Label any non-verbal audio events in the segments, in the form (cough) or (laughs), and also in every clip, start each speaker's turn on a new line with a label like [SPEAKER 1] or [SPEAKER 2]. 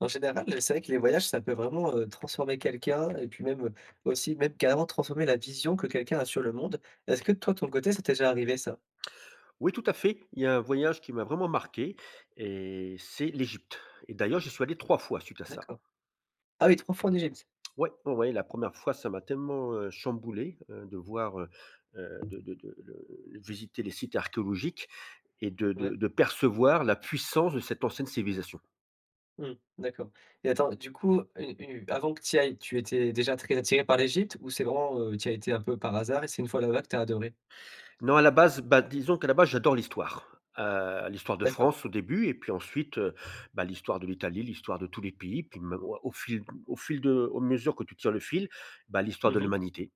[SPEAKER 1] En général, c'est vrai que les voyages, ça peut vraiment, transformer quelqu'un et puis même, aussi même carrément transformer la vision que quelqu'un a sur le monde. Est-ce que toi, de ton côté, ça t'est déjà arrivé ça?
[SPEAKER 2] Oui, tout à fait. Il y a un voyage qui m'a vraiment marqué et c'est l'Égypte. Et d'ailleurs, j'y suis allé 3 fois suite à ça.
[SPEAKER 1] D'accord. Ah oui, 3 fois en Égypte?
[SPEAKER 2] Ouais, ouais, ouais, la première fois, ça m'a tellement, chamboulé, de voir, de le visiter les sites archéologiques et de de
[SPEAKER 1] Ouais.
[SPEAKER 2] de percevoir la puissance de cette ancienne civilisation.
[SPEAKER 1] Mmh, d'accord et attends, du coup, u u avant que tu ailles, tu étais déjà très attiré par l'Égypte ou c'est vraiment, tu y as été un peu par hasard et c'est une fois là-bas que tu as adoré?
[SPEAKER 2] Non, à la base, bah, disons qu'à la base, j'adore l'histoire. L'histoire de
[SPEAKER 1] D'accord.
[SPEAKER 2] France au début et puis ensuite, bah, l'histoire de l'Italie, l'histoire de tous les pays, puis même au fil au fil de au mesure que tu tires le fil, bah, l'histoire de
[SPEAKER 1] Mmh.
[SPEAKER 2] l'humanité.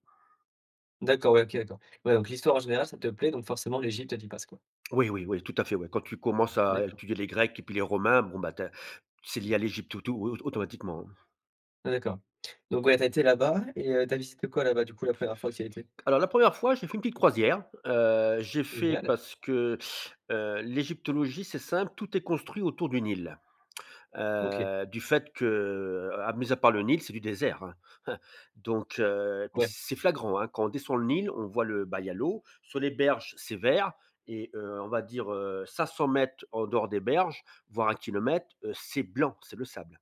[SPEAKER 1] D'accord, ouais, OK, d'accord. Ouais, donc l'histoire en général, ça te plaît, donc forcément l'Égypte, elle t'y passe, quoi.
[SPEAKER 2] Oui, oui, oui, tout à fait, ouais. Quand tu commences à
[SPEAKER 1] D'accord.
[SPEAKER 2] étudier les Grecs et puis les Romains, bon, bah, tu c'est lié à l'Égypte tout au automatiquement, hein.
[SPEAKER 1] Ah d'accord. Donc ouais, t'as été là-bas et tu visité quoi là-bas, du coup, la première fois que tu y as été?
[SPEAKER 2] Alors la première fois, j'ai fait une petite croisière, j'ai fait
[SPEAKER 1] Génial.
[SPEAKER 2] parce que, l'égyptologie, c'est simple, tout est construit autour du Nil.
[SPEAKER 1] OK,
[SPEAKER 2] Du fait que, à mis à part le Nil, c'est du désert, hein. Donc puis
[SPEAKER 1] ouais.
[SPEAKER 2] c'est flagrant, hein, quand on descend le Nil, on voit le bah, il y a l'eau, sur les berges, c'est vert et on va dire, 500 mètres en dehors des berges, voire un kilomètre, c'est blanc, c'est le sable.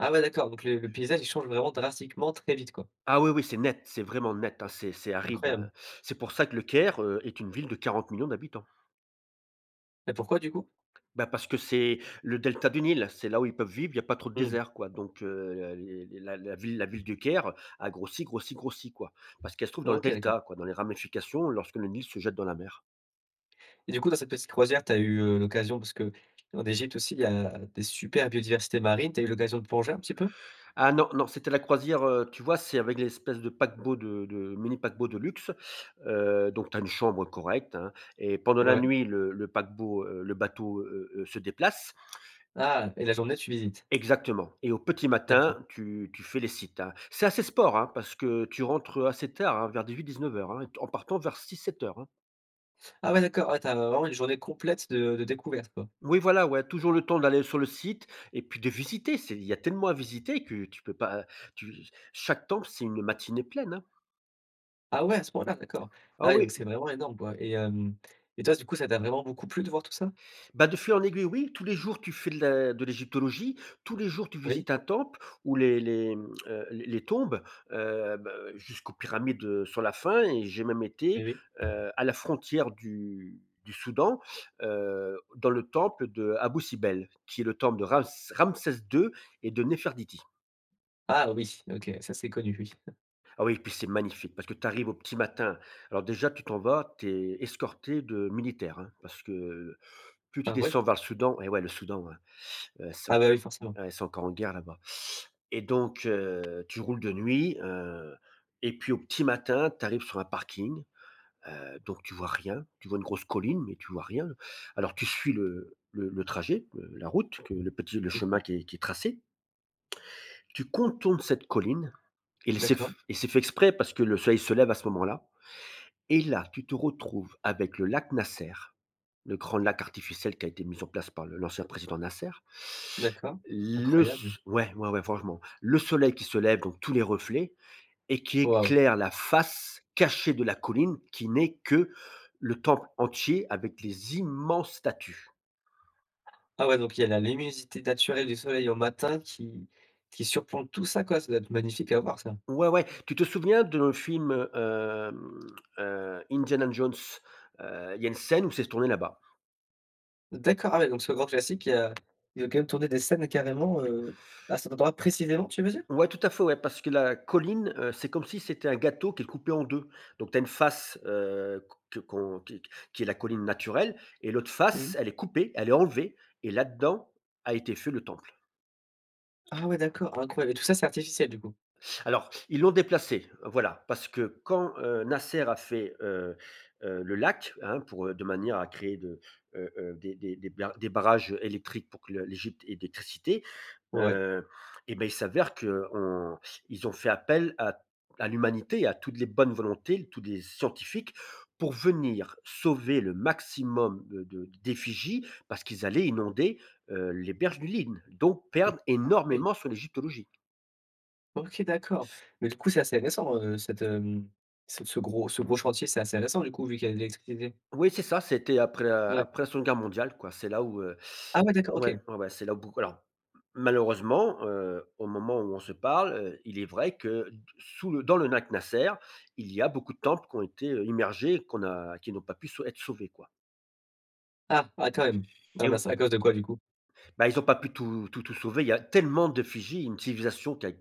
[SPEAKER 1] Ah ouais, d'accord, donc le paysage, il change vraiment drastiquement très vite, quoi.
[SPEAKER 2] Ah oui, oui, c'est net, c'est vraiment net, hein, c'est aride,
[SPEAKER 1] Incroyable.
[SPEAKER 2] hein. C'est pour ça que Le Caire, est une ville de 40 millions d'habitants.
[SPEAKER 1] Et pourquoi, du coup?
[SPEAKER 2] Bah, parce que c'est le delta du Nil, c'est là où ils peuvent vivre, il y a pas trop de
[SPEAKER 1] Mmh.
[SPEAKER 2] désert, quoi, donc la ville du Caire a grossi, grossi, grossi, quoi. Parce qu'elle se trouve dans le
[SPEAKER 1] OK, d'accord.
[SPEAKER 2] delta, quoi, dans les ramifications lorsque le Nil se jette dans la mer.
[SPEAKER 1] Et du coup, dans cette petite croisière, tu as eu, l'occasion parce que en Égypte aussi, il y a des super biodiversités marines, tu as eu l'occasion de plonger un petit peu?
[SPEAKER 2] Ah non, non, c'était la croisière, tu vois, c'est avec l'espèce de paquebot de mini paquebot de luxe, donc tu as une chambre correcte, hein et pendant la
[SPEAKER 1] Ouais.
[SPEAKER 2] nuit, le paquebot, le bateau, se déplace.
[SPEAKER 1] Ah et la journée, tu visites?
[SPEAKER 2] Exactement et au petit
[SPEAKER 1] D'accord.
[SPEAKER 2] matin, tu fais les sites, hein. C'est assez sport, hein, parce que tu rentres, assez tard, hein, vers 18h-19h, hein, en partant vers 6h, 7h, hein.
[SPEAKER 1] Ah ouais, d'accord, ouais, tu vraiment une journée complète de découvertes, quoi.
[SPEAKER 2] Oui, voilà, ouais, toujours le temps d'aller sur le site et puis de visiter. C'est Il y a tellement à visiter que tu peux pas, tu chaque temple, c'est une matinée pleine, hein.
[SPEAKER 1] Ah ouais, à ce point-là, d'accord. Ah
[SPEAKER 2] Ah
[SPEAKER 1] oui, donc
[SPEAKER 2] oui.
[SPEAKER 1] c'est vraiment énorme, quoi et hem et toi, du coup, ça t'a vraiment beaucoup plu de voir tout ça?
[SPEAKER 2] Bah, de fil en aiguille, oui. Tous les jours, tu fais de l'égyptologie. Tous les jours, tu
[SPEAKER 1] Oui,
[SPEAKER 2] visites un temple ou les, mmh, les tombes, bah, jusqu'aux pyramides, sur la fin et j'ai même
[SPEAKER 1] eh
[SPEAKER 2] été,
[SPEAKER 1] oui.
[SPEAKER 2] à la frontière du Soudan, dans le temple de Abou Simbel, qui est le temple de Ramsès II et de Néfertiti.
[SPEAKER 1] Ah oui, OK, ça, c'est connu, oui.
[SPEAKER 2] Ah oui, et puis c'est magnifique parce que tu arrives au petit matin. Alors déjà, tu t'en vas, tu es escorté de militaires, hein, parce que plus tu
[SPEAKER 1] Ah ouais?
[SPEAKER 2] descends vers le Soudan et ouais, le Soudan, hein, c'est
[SPEAKER 1] Ah bah oui, forcément.
[SPEAKER 2] ouais, ils encore en guerre là-bas et donc tu roules de nuit, et puis au petit matin, tu arrives sur un parking, donc tu vois rien. Tu vois une grosse colline, mais tu vois rien. Alors tu suis le trajet, la route, que le chemin qui est tracé. Tu contournes cette colline et c'est
[SPEAKER 1] D'accord,
[SPEAKER 2] et c'est fait exprès parce que le soleil se lève à ce moment-là. Et là, tu te retrouves avec le lac Nasser, le grand lac artificiel qui a été mis en place par le l'ancien président Nasser.
[SPEAKER 1] d'accord,
[SPEAKER 2] Le
[SPEAKER 1] incroyable.
[SPEAKER 2] s Ouais, ouais, ouais, franchement. Le soleil qui se lève, donc tous les reflets et qui
[SPEAKER 1] Waouh!
[SPEAKER 2] éclaire la face cachée de la colline qui n'est que le temple entier avec les immenses statues.
[SPEAKER 1] Ah ouais, donc il y a la luminosité naturelle du soleil au matin qui surplombe tout ça, quoi. Ça doit être magnifique à voir ça.
[SPEAKER 2] Ouais, ouais, tu te souviens de le film, Indiana Jones? Il y a une scène où c'est tourné là-bas.
[SPEAKER 1] D'accord, ah ouais, donc ce grand classique, il y a ils ont quand même tourné des scènes carrément, à cet endroit précisément, tu veux dire?
[SPEAKER 2] Ouais, tout à fait, ouais, parce que la colline, c'est comme si c'était un gâteau qui est coupé en 2. Donc tu as une face, que qu'on qui est la colline naturelle et l'autre
[SPEAKER 1] Mmh.
[SPEAKER 2] face, elle est coupée, elle est enlevée et là-dedans a été fait le temple.
[SPEAKER 1] Ah ouais, d'accord, incroyable et tout ça, c'est artificiel, du coup?
[SPEAKER 2] Alors, ils l'ont déplacé, voilà, parce que quand, Nasser a fait, le lac, hein, pour, de manière à créer de, des barrages électriques pour que le l'Égypte ait d'électricité.
[SPEAKER 1] Ouais.
[SPEAKER 2] Heu et ben, il s'avère qu'on ils ont fait appel à l'humanité, à toutes les bonnes volontés, tous les scientifiques pour venir sauver le maximum de d'effigies parce qu'ils allaient inonder, les berges du Nil, donc
[SPEAKER 1] Mmh,
[SPEAKER 2] perdre
[SPEAKER 1] oui.
[SPEAKER 2] énormément sur l'égyptologie.
[SPEAKER 1] OK, d'accord. Mais du coup, c'est assez récent, cette, ce ce gros chantier, c'est assez récent, du coup, vu qu'il y a de l'électricité?
[SPEAKER 2] Oui, c'est ça, c'était
[SPEAKER 1] Ouais.
[SPEAKER 2] après la Seconde Guerre mondiale, quoi. C'est là où, heu,
[SPEAKER 1] Ah ouais, d'accord, OK.
[SPEAKER 2] ouais, ouais, ouais, c'est là où beaucoup alors malheureusement, au moment où on se parle, il est vrai que d sous le dans le lac Nasser, il y a beaucoup de temples qui ont été, immergés, qu'on a qui n'ont pas pu sau être sauvés, quoi
[SPEAKER 1] Ah! Ah, quand même. Ah
[SPEAKER 2] et
[SPEAKER 1] mince,
[SPEAKER 2] ou
[SPEAKER 1] à cause de quoi, du coup?
[SPEAKER 2] bah, ils n'ont pas pu tout tout tout sauver. Il y a tellement de Fidji, une civilisation qui a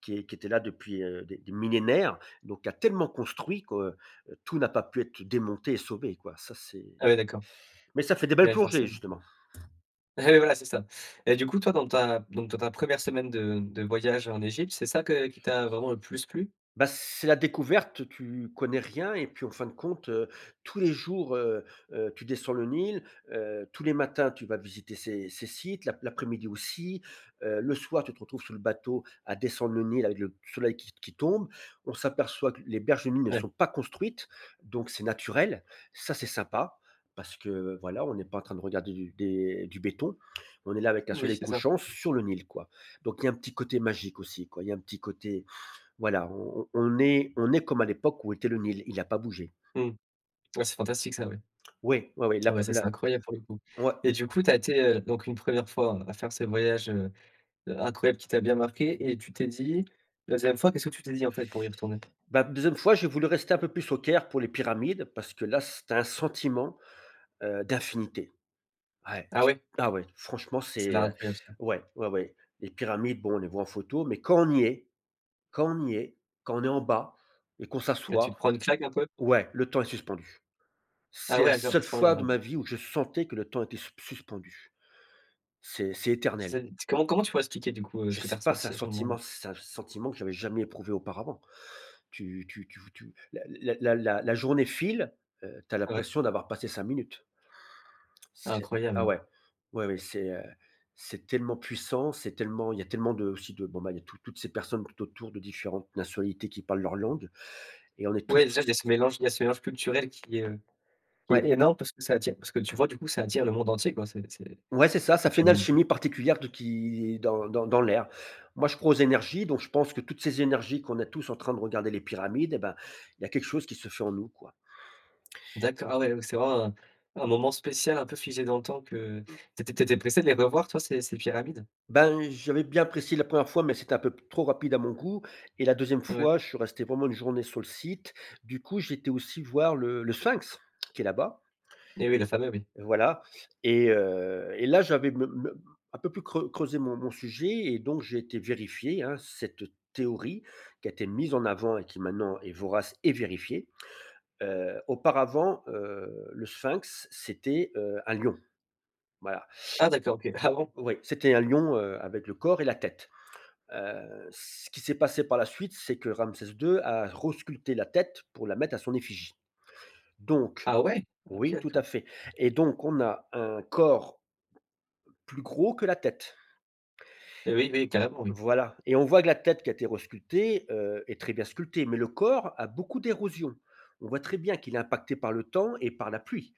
[SPEAKER 2] qui est qui était là depuis, des millénaires, donc qui a tellement construit que, tout n'a pas pu être démonté et sauvé, quoi. Ça, c'est
[SPEAKER 1] Ah ouais, d'accord.
[SPEAKER 2] Mais ça fait des belles
[SPEAKER 1] Ouais,
[SPEAKER 2] plongées,
[SPEAKER 1] forcément. (laughs)
[SPEAKER 2] justement.
[SPEAKER 1] Ah oui, voilà, c'est ça. Et du coup, toi, dans ta donc dans ta première semaine de voyage en Égypte, c'est ça que qui t'a vraiment le plus plu?
[SPEAKER 2] Bah, c'est la découverte, tu connais rien et puis en fin de compte, tous les jours, tu descends le Nil, tous les matins tu vas visiter ces sites, l'après-midi aussi, le soir tu te retrouves sous le bateau à descendre le Nil avec le soleil qui tombe. On s'aperçoit que les berges du Nil ne
[SPEAKER 1] Ouais,
[SPEAKER 2] sont pas construites, donc c'est naturel. Ça, c'est sympa parce que voilà, on n'est pas en train de regarder du béton. On est là avec un
[SPEAKER 1] oui,
[SPEAKER 2] soleil
[SPEAKER 1] c'est ça.
[SPEAKER 2] couchant sur le Nil, quoi. Donc il y a un petit côté magique aussi, quoi. Il y a un petit côté voilà, on est comme à l'époque où était le Nil, il n'a pas bougé.
[SPEAKER 1] Mmh. Ouais, c'est fantastique ça, ouais.
[SPEAKER 2] Oui, oui, oui.
[SPEAKER 1] Ah
[SPEAKER 2] la
[SPEAKER 1] ouais, ça, c'est
[SPEAKER 2] la
[SPEAKER 1] incroyable pour le coup.
[SPEAKER 2] ouais,
[SPEAKER 1] Et du coup, tu as été, donc une première fois à faire ce voyage, incroyable qui t'a bien marqué et tu t'es dit la 2 fois, qu'est-ce que tu t'es dit, en fait, pour y retourner?
[SPEAKER 2] bah, 2e fois, j'ai voulu rester un peu plus au Caire pour les pyramides parce que là, c'est un sentiment, d'infinité. Ouais,
[SPEAKER 1] Ah
[SPEAKER 2] tu
[SPEAKER 1] ouais?
[SPEAKER 2] ah ouais, franchement,
[SPEAKER 1] C'est là incroyable ça.
[SPEAKER 2] ouais, ouais, ouais, les pyramides, bon, on les voit en photo, mais quand on y est, quand on est en bas et qu'on
[SPEAKER 1] Là, tu te
[SPEAKER 2] s'assoit,
[SPEAKER 1] prends une claque un peu?
[SPEAKER 2] ouais, le temps est suspendu.
[SPEAKER 1] Ah
[SPEAKER 2] C'est
[SPEAKER 1] ouais,
[SPEAKER 2] la
[SPEAKER 1] à
[SPEAKER 2] seule
[SPEAKER 1] ce point-là.
[SPEAKER 2] fois de ma vie où je sentais que le temps était suspendu. C'est éternel.
[SPEAKER 1] C'est comment tu pourrais expliquer, du coup, ce
[SPEAKER 2] Je
[SPEAKER 1] que tu as
[SPEAKER 2] sais pas,
[SPEAKER 1] ressenti à ce moment-là?
[SPEAKER 2] c'est un sentiment que j'avais jamais éprouvé auparavant. Tu la journée file, tu as
[SPEAKER 1] Ah ouais?
[SPEAKER 2] l'impression d'avoir passé 5 minutes. C'est Ah
[SPEAKER 1] Incroyable.
[SPEAKER 2] ouais, ouais, ouais, c'est tellement puissant, c'est tellement il y a tellement de aussi de bon, bah, il y a toutes ces personnes tout autour de différentes nationalités qui parlent leur langue et on est tous
[SPEAKER 1] Ouais, déjà, il y a ce mélange il y a ce mélange culturel qui est
[SPEAKER 2] ouais,
[SPEAKER 1] énorme parce que ça attire parce que tu vois, du coup, ça attire le monde entier, quoi, ces ces
[SPEAKER 2] ouais, c'est ça,
[SPEAKER 1] ces
[SPEAKER 2] ça fait une
[SPEAKER 1] pyramides.
[SPEAKER 2] alchimie particulière de qui dans l'air. Moi, je crois aux énergies, donc je pense que toutes ces énergies qu'on a tous en train de regarder les pyramides et ben, il y a quelque chose qui se fait en nous, quoi.
[SPEAKER 1] D'accord, ah ouais, donc c'est vraiment un moment spécial, un peu figé dans le temps que tu étais pressé de les revoir, toi, ces pyramides?
[SPEAKER 2] Ben, j'avais bien apprécié la première fois, mais c'était un peu p trop rapide à mon goût et la deuxième
[SPEAKER 1] Ah ouais.
[SPEAKER 2] fois, je suis resté vraiment une journée sur le site. Du coup, j'étais aussi voir le sphinx qui est là-bas,
[SPEAKER 1] Et oui, le fameux, oui.
[SPEAKER 2] voilà et là, j'avais me un peu plus creusé mon sujet et donc j'ai été vérifier, hein, cette théorie qui a été mise en avant et qui maintenant est vorace et vérifiée. Auparavant, le sphinx, c'était, un lion, voilà.
[SPEAKER 1] Ah d'accord, OK. Ah bon?
[SPEAKER 2] Oui, c'était un lion, avec le corps et la tête. Ce qui s'est passé par la suite, c'est que Ramsès II a resculpté la tête pour la mettre à son effigie. Donc
[SPEAKER 1] Ah ouais? OK,
[SPEAKER 2] oui, tout à
[SPEAKER 1] d'accord.
[SPEAKER 2] fait et donc on a un corps plus gros que la tête.
[SPEAKER 1] Et oui, oui, carrément, oui.
[SPEAKER 2] Voilà et on voit que la tête qui a été resculptée, est très bien sculptée, mais le corps a beaucoup d'érosion. On voit très bien qu'il est impacté par le temps et par la pluie.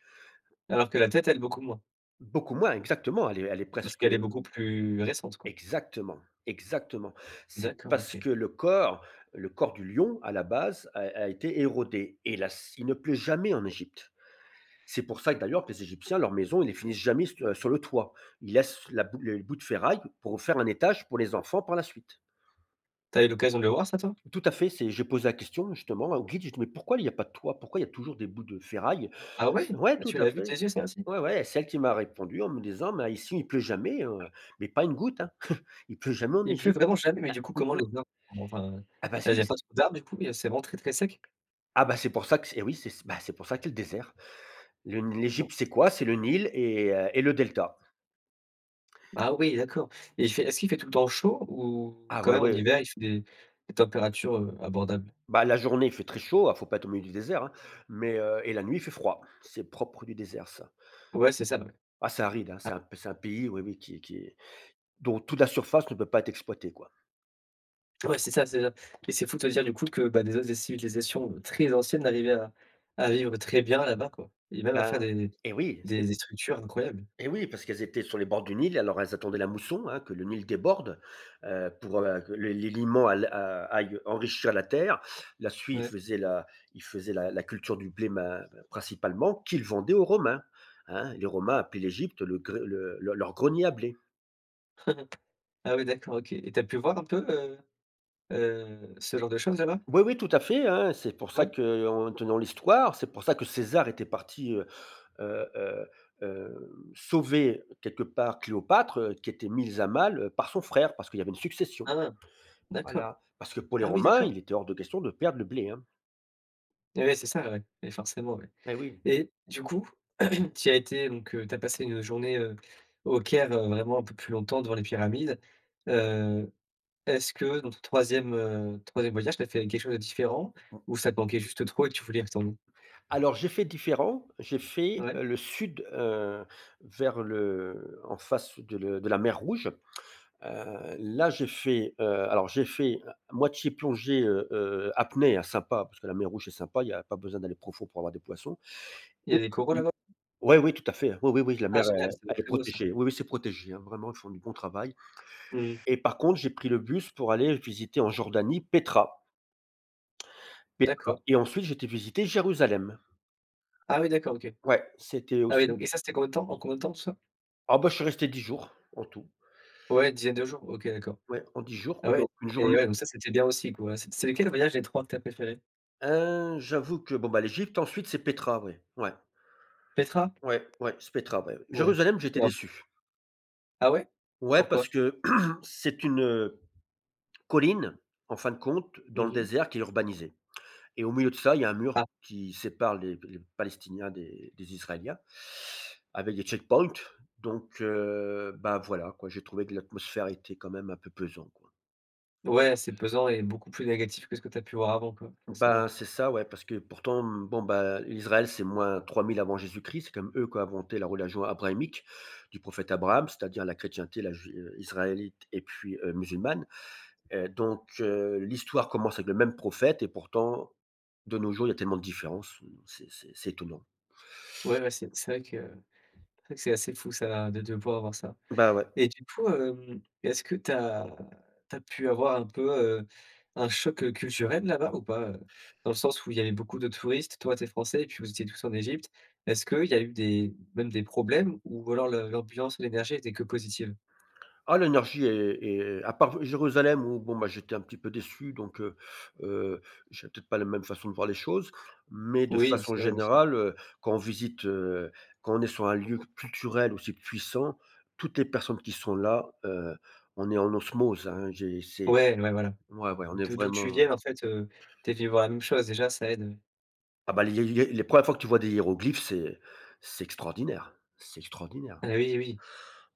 [SPEAKER 1] Alors que la tête, elle, beaucoup moins,
[SPEAKER 2] Beaucoup moins, exactement, elle est
[SPEAKER 1] parce
[SPEAKER 2] presque,
[SPEAKER 1] qu'elle est beaucoup plus récente, quoi.
[SPEAKER 2] Exactement, exactement. C'est
[SPEAKER 1] D'accord,
[SPEAKER 2] parce
[SPEAKER 1] OK.
[SPEAKER 2] que le corps du lion, à la base, a été érodé et la il ne pleut jamais en Égypte. C'est pour ça que d'ailleurs que les Égyptiens, leurs maisons, ils les finissent jamais s sur le toit. Ils laissent la bout le bout de ferraille pour faire un étage pour les enfants par la suite.
[SPEAKER 1] Tu as eu l'occasion de le voir ça, toi?
[SPEAKER 2] Tout à fait, c'est j'ai posé la question justement au guide, j'ai dit: «Mais pourquoi il n'y a pas de toit? Pourquoi il y a toujours des bouts de ferraille ?»
[SPEAKER 1] Ah ouais?
[SPEAKER 2] Ouais,
[SPEAKER 1] Ah
[SPEAKER 2] tout
[SPEAKER 1] tu
[SPEAKER 2] à
[SPEAKER 1] l'as vu de
[SPEAKER 2] fait.
[SPEAKER 1] tes yeux, ça aussi?
[SPEAKER 2] Ouais, ouais, c'est elle qui m'a répondu en me disant: mais ici, il pleut jamais, mais pas une goutte, hein. Il pleut jamais en
[SPEAKER 1] Il pleut
[SPEAKER 2] Égypte».
[SPEAKER 1] vraiment jamais, mais du coup,
[SPEAKER 2] Mmh,
[SPEAKER 1] comment les
[SPEAKER 2] non.
[SPEAKER 1] arbres font hein, enfin,
[SPEAKER 2] Ah bah
[SPEAKER 1] là, il
[SPEAKER 2] si!
[SPEAKER 1] y a pas trop d'arbres du coup et c'est vraiment très, très sec?
[SPEAKER 2] Ah bah, c'est pour ça que c'est eh oui, c'est bah, c'est pour ça qu'il y a le désert. Le
[SPEAKER 1] Ah ouais, d'accord.
[SPEAKER 2] l'Égypte, c'est quoi? C'est le Nil et le delta.
[SPEAKER 1] Ah oui, d'accord et il fait est-ce qu'il fait tout le temps chaud ou
[SPEAKER 2] Ah
[SPEAKER 1] quand
[SPEAKER 2] ouais,
[SPEAKER 1] même en
[SPEAKER 2] ouais,
[SPEAKER 1] hiver, il fait des températures, abordables?
[SPEAKER 2] bah, la journée, il fait très chaud, ah, faut pas être au milieu du désert, hein, mais et la nuit, il fait froid. C'est propre du désert, ça.
[SPEAKER 1] Ouais, c'est ça, ouais.
[SPEAKER 2] Ah, c'est aride, hein, c'est un pays, oui, oui, qui est dont toute la surface ne peut pas être exploitée, quoi.
[SPEAKER 1] Ouais, c'est ça et c'est fou de te dire du coup que, bah, déjà des civilisations très anciennes arrivaient à vivre très bien là-bas, quoi et même à faire
[SPEAKER 2] Ben et oui, c'est
[SPEAKER 1] des structures incroyables.
[SPEAKER 2] et oui, parce qu'elles étaient sur les bords du Nil, alors elles attendaient la mousson, hein, que le Nil déborde, pour, que les limons all a aillent enrichir la terre. Là-dessus,
[SPEAKER 1] Ouais.
[SPEAKER 2] ils faisaient la culture du blé ma principalement, qu'ils vendaient aux Romains, hein. Les Romains appelaient l'Égypte le gré le leur grenier à blé.
[SPEAKER 1] (laughs) Ah ouais, d'accord, OK et tu as pu voir un peu, ce genre de choses là-bas?
[SPEAKER 2] Oui, oui, tout à fait, hein, c'est pour ça
[SPEAKER 1] Ouais?
[SPEAKER 2] que, en tenant l'histoire, c'est pour ça que César était parti, heu heu sauver quelque part Cléopâtre, qui était mise à mal, par son frère, parce qu'il y avait une succession.
[SPEAKER 1] Ah! D'accord.
[SPEAKER 2] Voilà, parce que pour les
[SPEAKER 1] Ah oui,
[SPEAKER 2] Romains,
[SPEAKER 1] d'accord.
[SPEAKER 2] il était hors de question de perdre le blé, hein.
[SPEAKER 1] Ouais, ouais, c'est ça, ouais et forcément, ouais
[SPEAKER 2] Et oui.
[SPEAKER 1] et du coup, (clears throat) tu as été donc tu passé une journée, au Caire, vraiment un peu plus longtemps devant les pyramides. Heu, est-ce que dans ton troisième e heu, voyage, tu as fait quelque chose de différent
[SPEAKER 2] Mmh.
[SPEAKER 1] ou ça te manquait juste trop et tu voulais y retourner?
[SPEAKER 2] Alors j'ai fait différent, j'ai fait,
[SPEAKER 1] Ouais?
[SPEAKER 2] le sud, vers le en face de la mer Rouge. Là, j'ai fait moitié plongée, apnée, hein, sympa, parce que la mer Rouge, est sympa, il n'y a pas besoin d'aller profond pour avoir des poissons.
[SPEAKER 1] Il y a des coraux là-bas?
[SPEAKER 2] Oui, oui, tout à fait. Oui, oui, oui, la
[SPEAKER 1] Ah
[SPEAKER 2] mer,
[SPEAKER 1] génial,
[SPEAKER 2] elle
[SPEAKER 1] c'est
[SPEAKER 2] elle est
[SPEAKER 1] très beau ça.
[SPEAKER 2] protégée. Oui, oui, c'est protégé, hein, vraiment, ils font du bon travail.
[SPEAKER 1] Mmh,
[SPEAKER 2] Et par contre, j'ai pris le bus pour aller visiter en Jordanie Petra. Petra
[SPEAKER 1] d'accord.
[SPEAKER 2] et ensuite j'ai été visiter Jérusalem.
[SPEAKER 1] Ah oui, d'accord, OK.
[SPEAKER 2] Ouais, c'était
[SPEAKER 1] Ah
[SPEAKER 2] aussi.
[SPEAKER 1] oui donc et ça, c'était combien de temps en combien de temps tout ça?
[SPEAKER 2] Ah bah, je suis resté 10 jours en tout.
[SPEAKER 1] Ouais, une dizaine de jours, OK, d'accord.
[SPEAKER 2] Ouais, en 10 jours
[SPEAKER 1] Ah
[SPEAKER 2] quoi,
[SPEAKER 1] ouais
[SPEAKER 2] donc une
[SPEAKER 1] et
[SPEAKER 2] journée.
[SPEAKER 1] ouais donc ça, c'était bien aussi quoi. C'est lequel le voyage des 3 que t'as préféré?
[SPEAKER 2] J'avoue que bon, bah, l'Égypte, ensuite c'est Petra, ouais, ouais,
[SPEAKER 1] Petra?
[SPEAKER 2] ouais, ouais, c'est Petra, ouais.
[SPEAKER 1] Ouais.
[SPEAKER 2] Jérusalem, j'étais
[SPEAKER 1] Ouais.
[SPEAKER 2] déçu.
[SPEAKER 1] Ah ouais?
[SPEAKER 2] Ouais, parce
[SPEAKER 1] Pourquoi?
[SPEAKER 2] que (clears throat) c'est une, colline, en fin de compte, dans le
[SPEAKER 1] Mmh.
[SPEAKER 2] désert qui est urbanisée et au milieu de ça, il y a un mur
[SPEAKER 1] Ah,
[SPEAKER 2] qui sépare les Palestiniens des Israéliens avec des checkpoints. Donc bah, voilà quoi, j'ai trouvé que l'atmosphère était quand même un peu pesant, quoi.
[SPEAKER 1] ouais, c'est pesant et beaucoup plus négatif que ce que tu as pu voir avant, quoi,
[SPEAKER 2] Bah,
[SPEAKER 1] forcément.
[SPEAKER 2] c'est ça, ouais, parce que pourtant, bon, bah, l'Israël, c'est -3000 avant Jésus-Christ. C'est quand même eux qui ont inventé la religion abrahamique du prophète Abraham, c'est-à-dire la chrétienté, la ju israélite et puis, musulmane. Donc, l'histoire commence avec le même prophète et pourtant, de nos jours, il y a tellement de différences, c'est étonnant.
[SPEAKER 1] Ouais, ouais, c'est vrai que c'est vrai que c'est assez fou ça, de devoir avoir ça.
[SPEAKER 2] Bah, ouais.
[SPEAKER 1] Et du coup, est-ce que tu as pu avoir un peu, un choc, culturel là-bas ou pas, heu? Dans le sens où il y avait beaucoup de touristes, toi t'es français et puis vous étiez tous en Égypte. Est-ce qu'il y a eu des même des problèmes ou alors le l'ambiance, l'énergie était que positive?
[SPEAKER 2] Ah, l'énergie est à part Jérusalem où bon, bah, j'étais un petit peu déçu, donc heu, j'ai peut-être pas la même façon de voir les choses, mais de
[SPEAKER 1] Oui,
[SPEAKER 2] façon
[SPEAKER 1] c'est vrai aussi.
[SPEAKER 2] générale, quand on visite, quand on est sur un lieu culturel aussi puissant, toutes les personnes qui sont là, on est en osmose, hein. J'ai c'est
[SPEAKER 1] Ouais, ouais, voilà.
[SPEAKER 2] Ouais, ouais, on est
[SPEAKER 1] De d'où tu
[SPEAKER 2] vraiment.
[SPEAKER 1] viennes en fait, tu es venu voir la même chose déjà ça aide,
[SPEAKER 2] Ah bah, les 1 fois que tu vois des hiéroglyphes, c'est extraordinaire, c'est extraordinaire.
[SPEAKER 1] ah oui, oui,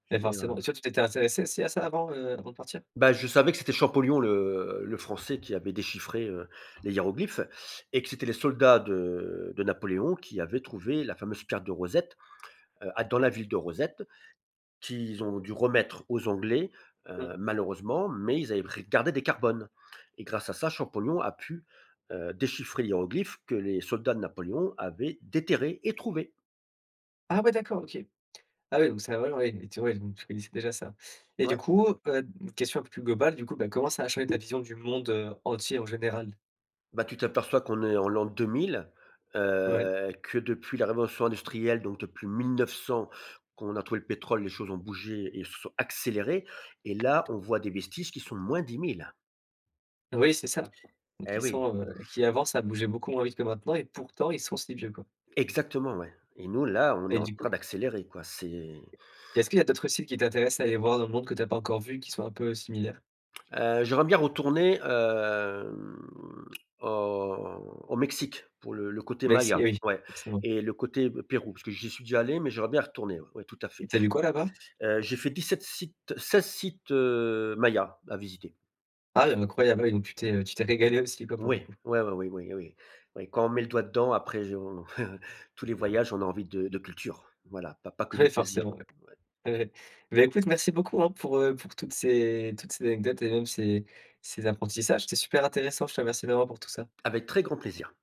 [SPEAKER 2] Je
[SPEAKER 1] mais
[SPEAKER 2] veux dire.
[SPEAKER 1] forcément. Toi tu t'étais intéressée aussi à ça avant, avant de partir?
[SPEAKER 2] Bah, je savais que c'était Champollion, le Français qui avait déchiffré, les hiéroglyphes et que c'était les soldats de Napoléon qui avaient trouvé la fameuse pierre de Rosette, à dans la ville de Rosette, qu'ils ont dû remettre aux Anglais,
[SPEAKER 1] Mmh.
[SPEAKER 2] malheureusement, mais ils avaient gardé des carbones et grâce à ça, Champollion a pu, déchiffrer les hiéroglyphes que les soldats de Napoléon avaient déterrés et trouvés.
[SPEAKER 1] Ah ouais d'accord, OK. Ah oui donc ça ouais, ouais et tu ouais donc tu connaissais déjà ça. Et du
[SPEAKER 2] Ouais.
[SPEAKER 1] coup, une question un peu plus globale du coup, bah, comment ça a changé ta vision du monde, entier en général?
[SPEAKER 2] Bah, tu t'aperçois qu'on est en l'an 2000,
[SPEAKER 1] Ouais.
[SPEAKER 2] que depuis la révolution industrielle, donc depuis 1900, qu'on a trouvé le pétrole, les choses ont bougé et se sont accélérées et là, on voit des vestiges qui sont -10 000.
[SPEAKER 1] Oui c'est ça. Donc
[SPEAKER 2] Eh
[SPEAKER 1] ils
[SPEAKER 2] oui,
[SPEAKER 1] sont, qui avant ça bougeait beaucoup moins vite que maintenant et pourtant ils sont si vieux quoi.
[SPEAKER 2] exactement, ouais et nous, là, on est
[SPEAKER 1] Et
[SPEAKER 2] en
[SPEAKER 1] du coup,
[SPEAKER 2] train d'accélérer, quoi, c'est…
[SPEAKER 1] est-ce qu'il y a d'autres sites qui t'intéressent à aller voir dans le monde que tu as pas encore vu qui sont un peu similaires?
[SPEAKER 2] J'aimerais bien retourner, au au Mexique pour le côté
[SPEAKER 1] Mexique,
[SPEAKER 2] maya,
[SPEAKER 1] oui,
[SPEAKER 2] ouais,
[SPEAKER 1] forcément.
[SPEAKER 2] et le côté Pérou, parce que j'y suis déjà allé, mais j'aimerais bien y retourner, ouais, ouais, tout à
[SPEAKER 1] Et
[SPEAKER 2] fait.
[SPEAKER 1] tu as lu quoi là-bas?
[SPEAKER 2] J'ai fait 17 sites, 16 sites, Maya à visiter.
[SPEAKER 1] Ah incroyable, oui, donc tu t'es régalé aussi quoi pour le
[SPEAKER 2] Oui,
[SPEAKER 1] coup?
[SPEAKER 2] oui, oui, oui, oui. Oui, quand on met le doigt dedans, après je on (laughs) tous les voyages, on a envie de culture. Voilà, pas que
[SPEAKER 1] (laughs)
[SPEAKER 2] du
[SPEAKER 1] Ouais
[SPEAKER 2] plaisir.
[SPEAKER 1] forcément, ouais. Ouais, ouais. Beh, écoute merci beaucoup, hein, pour toutes ces anecdotes et même ces apprentissages. C'était super intéressant, je te remercie vraiment pour tout ça.
[SPEAKER 2] Avec très grand plaisir.